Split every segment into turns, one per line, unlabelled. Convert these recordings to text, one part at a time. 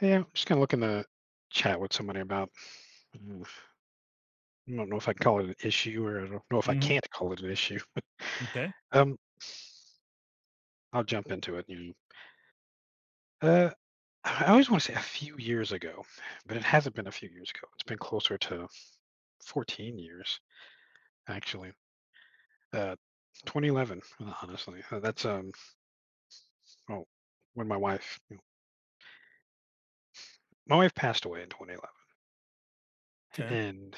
Yeah, I'm just gonna look in the chat with somebody about. mm, I don't know if I can call it an issue, or I don't know if I
Mm-hmm.
can't call it an issue.
Okay.
Um, I'll jump into it. Know. Uh, I always want to say a few years ago, but it hasn't been a few years ago. It's been closer to 14 years, actually. Uh, 2011, honestly. Oh, when my wife, my wife passed away in 2011,
Okay.
and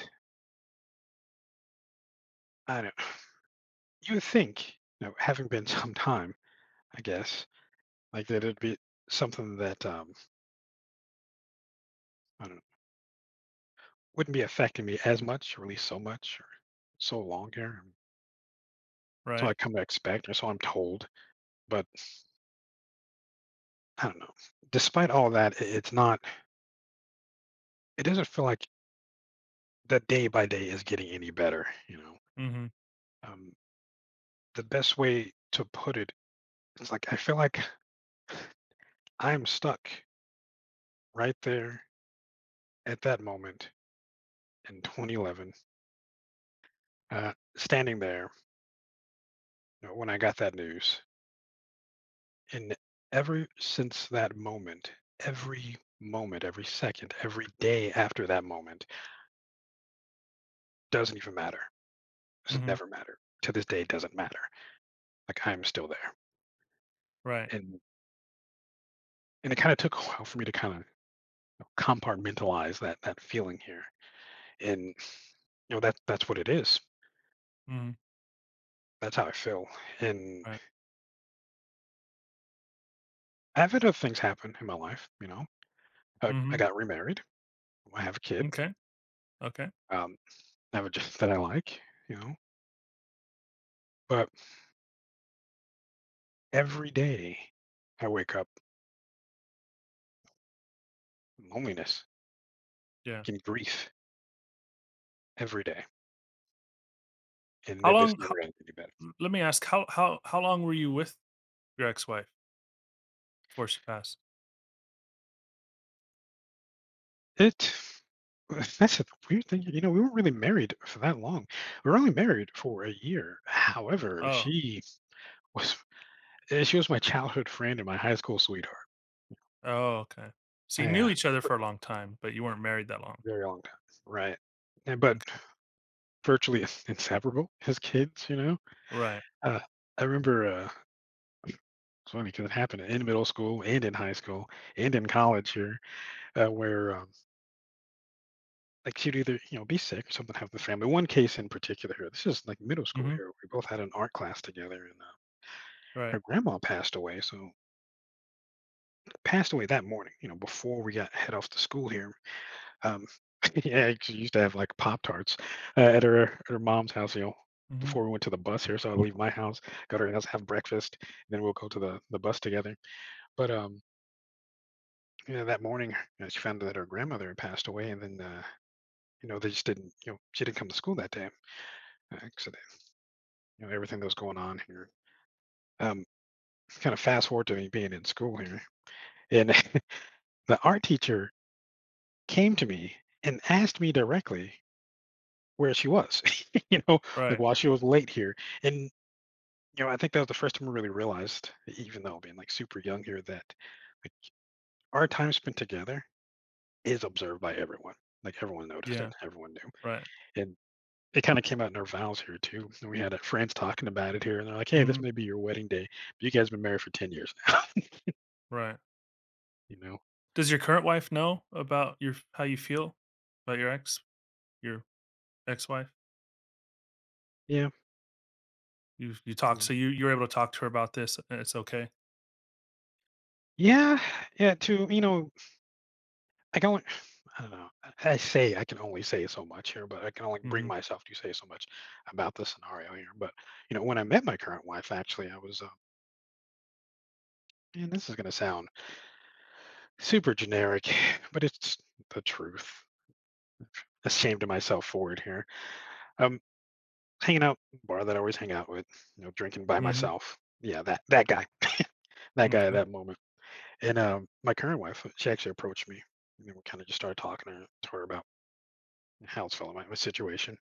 I don't. You would think, having been some time, I guess, like that it'd be something that I don't know, wouldn't be affecting me as much, or at least so much, or so long here. So
Right.
I come to expect, or so I'm told. But I don't know. Despite all that, it's not, it doesn't feel like the day by day is getting any better.
Mm-hmm.
Um, the best way to put it is, like, I feel like I'm stuck right there at that moment in 2011, standing there, you know, when I got that news. And ever since that moment, every second, every day after that moment doesn't even matter. Doesn't
Mm-hmm.
never matter. To this day, it doesn't matter. Like, I'm still there.
Right.
And and it kind of took a while for me to kind of compartmentalize that feeling here. And you know, that that's what it is.
Mm-hmm.
That's how I feel. And
Right.
I've had other things happen in my life. You know, I
Mm-hmm.
got remarried. I have a kid.
Okay. Okay.
Um, I have a job that I like. You know, but every day I wake up, loneliness
Yeah.
and grief every day, and
How
then this
long?
never ends any better.
Let me ask. How long were you with your ex-wife before she passed?
It That's a weird thing, you know, we weren't really married for that long. We were only married for a year. However,
Oh.
she was, she was my childhood friend and my high school sweetheart.
Oh. Okay. So you
I,
knew
uh,
each other
for a
for a long time, but you weren't married that long.
very long time. Right. And but
Okay.
virtually inseparable as kids, you know?
Right.
Uh, I remember, it's funny because it happened in middle school and in high school and in college here, uh, where, um like she'd either, you know, be sick or something happen to the family. One case in particular, here, this is like middle school
Mm-hmm.
here. We both had an art class together, and
Right.
her grandma passed away. So passed away that morning, you know, before we got head off to school here. Um, yeah, she used to have like Pop Tarts at her, at her mom's house. You know,
Mm-hmm.
before we went to the bus here, so I'd leave my house, go to her house, have breakfast, and then we'll go to the bus together. But You know, that morning, she found out that her grandmother had passed away, and then you know, they just didn't, you know, she didn't come to school that day. 'Cause, you know, everything that's going on here. Um, Kind of fast forward to me being in school here, and the art teacher came to me and asked me directly where she was. You know, like
Right.
while she was late here, and you know, I think that was the first time I really realized, even though being like super young here, that like our time spent together is observed by everyone. Like everyone noticed
Yeah.
it, everyone knew,
Right.
and it kind of came out in our vows here too. And we had friends talking about it here, and they're like, "Hey,
Mm-hmm.
this may be your wedding day, but you guys have been married for 10 years now."
Right.
You know?
Does your current wife know about your how you feel about your ex, your ex-wife?
Yeah.
You talked, so you're able to talk to her about this. And It's okay.
Yeah, yeah, to you know, I can only I don't know. I say I can only say so much here, but I can only bring
Mhm,
myself to say so much about the scenario here. But you know, when I met my current wife, actually, I was, and this is going to sound super generic, but it's the truth. Ashamed of myself for it here. Um, Hanging out at the bar that I always hang out with, you know, drinking by
mhm,
myself. Yeah, that guy, that guy at
m'kay,
that moment. And my current wife, she actually approached me, and then we kind of just started talking to her, about how it's feeling, my situation,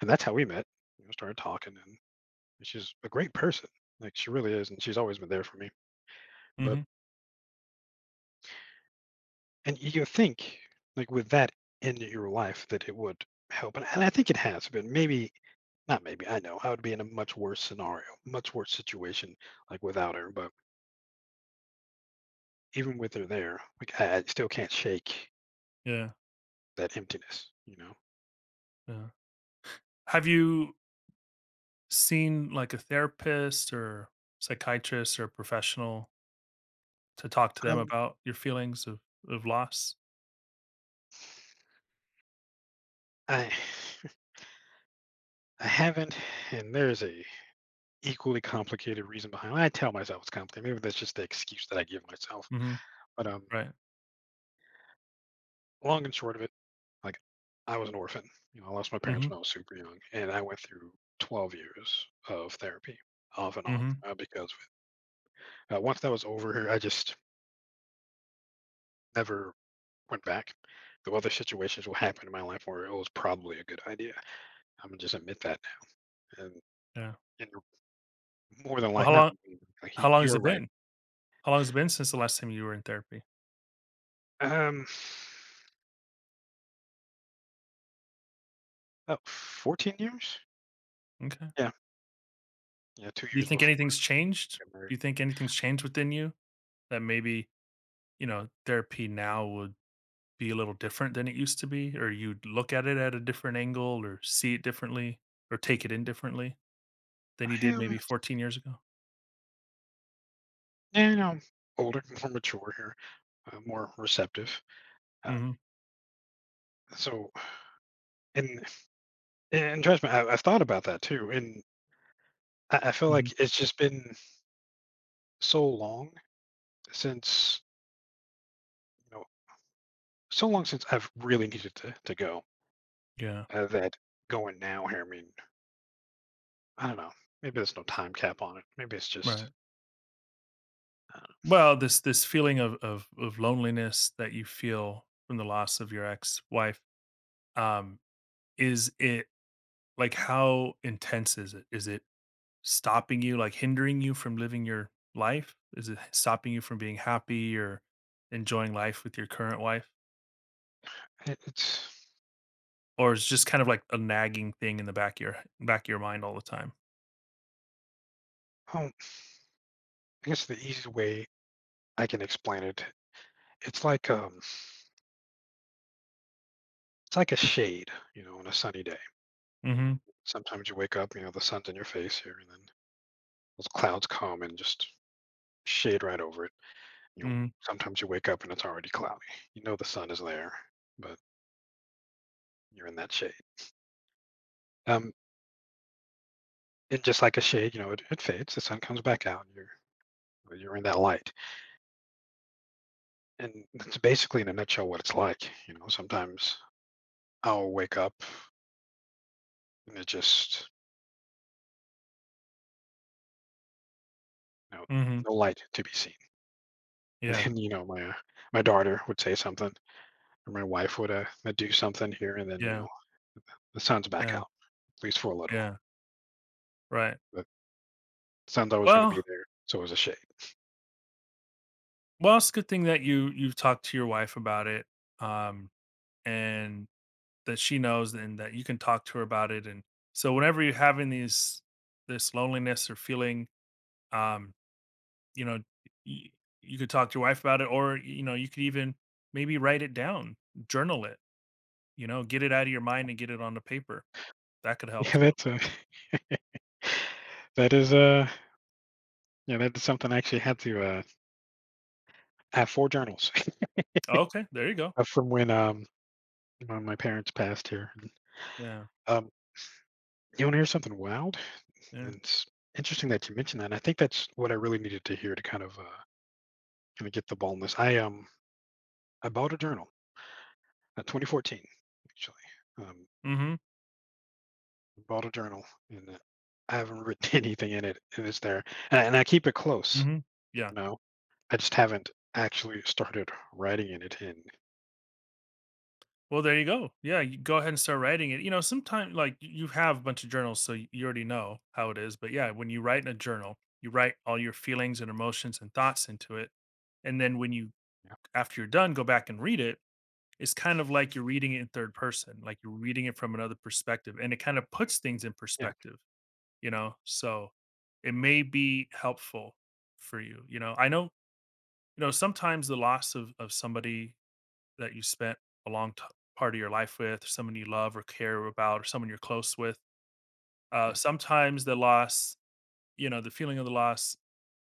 and that's how we met. You know, started talking, and she's a great person. Like, she really is, and she's always been there for me. But,
mhm,
and you think like with that in your life that it would help, and I think it has. But maybe not. Maybe I know I would be in a much worse scenario, much worse situation, like without her. But even with her there, like I still can't shake
yeah,
that emptiness. You know.
yeah. Have you seen, like, a therapist or psychiatrist or professional to talk to them
Um.
about your feelings of loss?
I I haven't, and there's a equally complicated reason behind. I tell myself it's complicated. Maybe that's just the excuse that I give myself.
Mhm,
But
right.
Long and short of it, like I was an orphan. You know, I lost my parents
Mhm,
when I was super young, and I went through 12 years of therapy, off and on,
mhm,
because once that was over, I just never went back. The other situations will happen in my life where it was probably a good idea. I'm gonna just admit that, and,
yeah.
and you're more than
Well,
likely, not like
how long has
you're
it
right.
been? How long has it been since the last time you were in therapy?
Um, about 14 years.
Okay.
Yeah, yeah, two
Do you
years
think
before
anything's changed?
I got married.
Do you think anything's changed within you that maybe, you know, therapy now would be a little different than it used to be, or you'd look at it at a different angle, or see it differently, or take it in differently than
I
you did
am,
maybe 14 years ago?
yeah, you know, older, more mature here, more receptive. Uh,
Mhm,
so, and and trust me, I've thought about that too, and I feel
mhm.
like it's just been so long since, you know, so long since I've really needed to go,
Yeah,
that going now here. I mean, I don't know. Maybe there's no time cap on it. Maybe it's
right.
just I don't
Well, this feeling of loneliness that you feel from the loss of your ex-wife, um, is it like, how intense is it? Is it stopping you, like, hindering you from living your life? Is it stopping you from being happy or enjoying life with your current wife?
know. It's.
Or it's just kind of like a nagging thing in the back of your mind all the time.
Oh, I guess the easy way I can explain it, it's like um, it's like a shade, you know, on a sunny day.
Mhm,
Sometimes you wake up, you know, the sun's in your face here, and then those clouds come and just shade right over it. You know,
mhm,
sometimes you wake up and it's already cloudy. You know, the sun is there, but you're in that shade. Um, and just like a shade, you know, it fades. The sun comes back out. And you're in that light, and that's basically in a nutshell what it's like. You know, sometimes I'll wake up and it just, you know,
mhm.
no light to be seen. And
Yeah,
then, you know, my my daughter would say something, or my wife would do something here, and then you
yeah,
know the sun's back
yeah,
out, at least for a little.
yeah, right.
The sun's always going to be
Well
there, so it's a shade.
well, it's a good thing that you've talked to your wife about it, um, and that she knows and that you can talk to her about it, and so whenever you're having these this loneliness or feeling, um, you know, you you could talk to your wife about it or, you know, you could even maybe write it down, journal it, you know, get it out of your mind and get it on the paper. That could help
Yeah,
too.
that's that is, yeah, that is something I actually had to, I have 4 journals
Okay, there you go.
from when my parents passed here.
Yeah,
Um, you wanna hear something wild?
yeah.
It's interesting that you mentioned that, and I think that's what I really needed to hear to kind of, kinda get the ball in this. I bought a journal, 2014, actually. Um,
Mhm,
Bought a journal, and, I haven't written anything in it, and it's there, and I keep it close,
mhm. Yeah.
you know? I just haven't actually started writing in it, in.
Well, there you go. Yeah, you go ahead and start writing it. You know, sometimes like, y you have a bunch of journals, so you already know how it is, but yeah, when you write in a journal, you write all your feelings and emotions and thoughts into it, and then when you after you're done, go back and read it, it's kind of like you're reading it in 3rd person, like you're reading it from another perspective, and it kind of puts things in
Yeah,
perspective, you know? So, it may be helpful for you, you know? I know you know sometimes the loss of somebody that you spent a part of your life with someone you love or care about or someone you're close with
yeah,
sometimes the loss, you know, the feeling of the loss,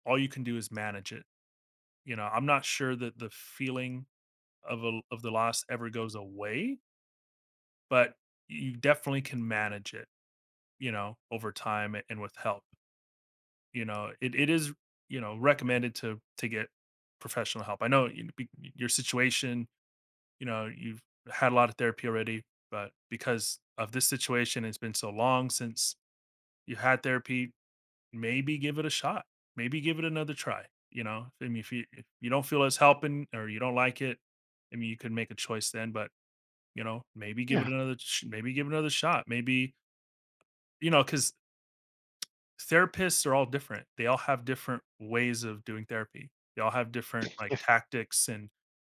all you can do is manage it. You know, I'm not sure that the feeling of the loss ever goes away, but you definitely can manage it, you know, over time and with help. You know, it is, you know, recommended to get professional help. I know your situation, you know, you've had a lot of therapy already, but because of this situation, it's been so long since you had therapy. Maybe give it a shot. Maybe give it another try. You know, I mean, if you don't feel it's helping or you don't like it, I mean, you could make a choice then. But you know,
yeah,
Maybe give it another shot. Maybe you know, because therapists are all different. They all have different ways of doing therapy. They all have different like
yeah.
tactics and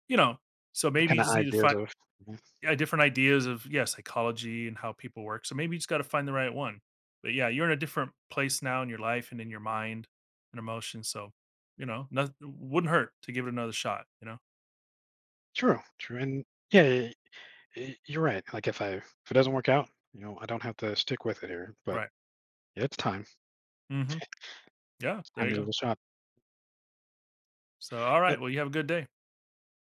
you know. So
The
maybe you
kinda
just need to
ideas
find
of mhm.
yeah, different ideas of yeah, psychology and how people work. So maybe you just got to find the right one. But yeah, you're in a different place now in your life and in your mind and emotions. So you know, wouldn't hurt to give it another shot. You know,
True, true, and yeah, y y you're right, like, if it doesn't work out, you know, I don't have to stick with it here, but
right?
yeah, it's time. It's
Hmm. Yeah, there
time
you
to give
go.
it a shot.
So all right, well,
Uh
you have a good day.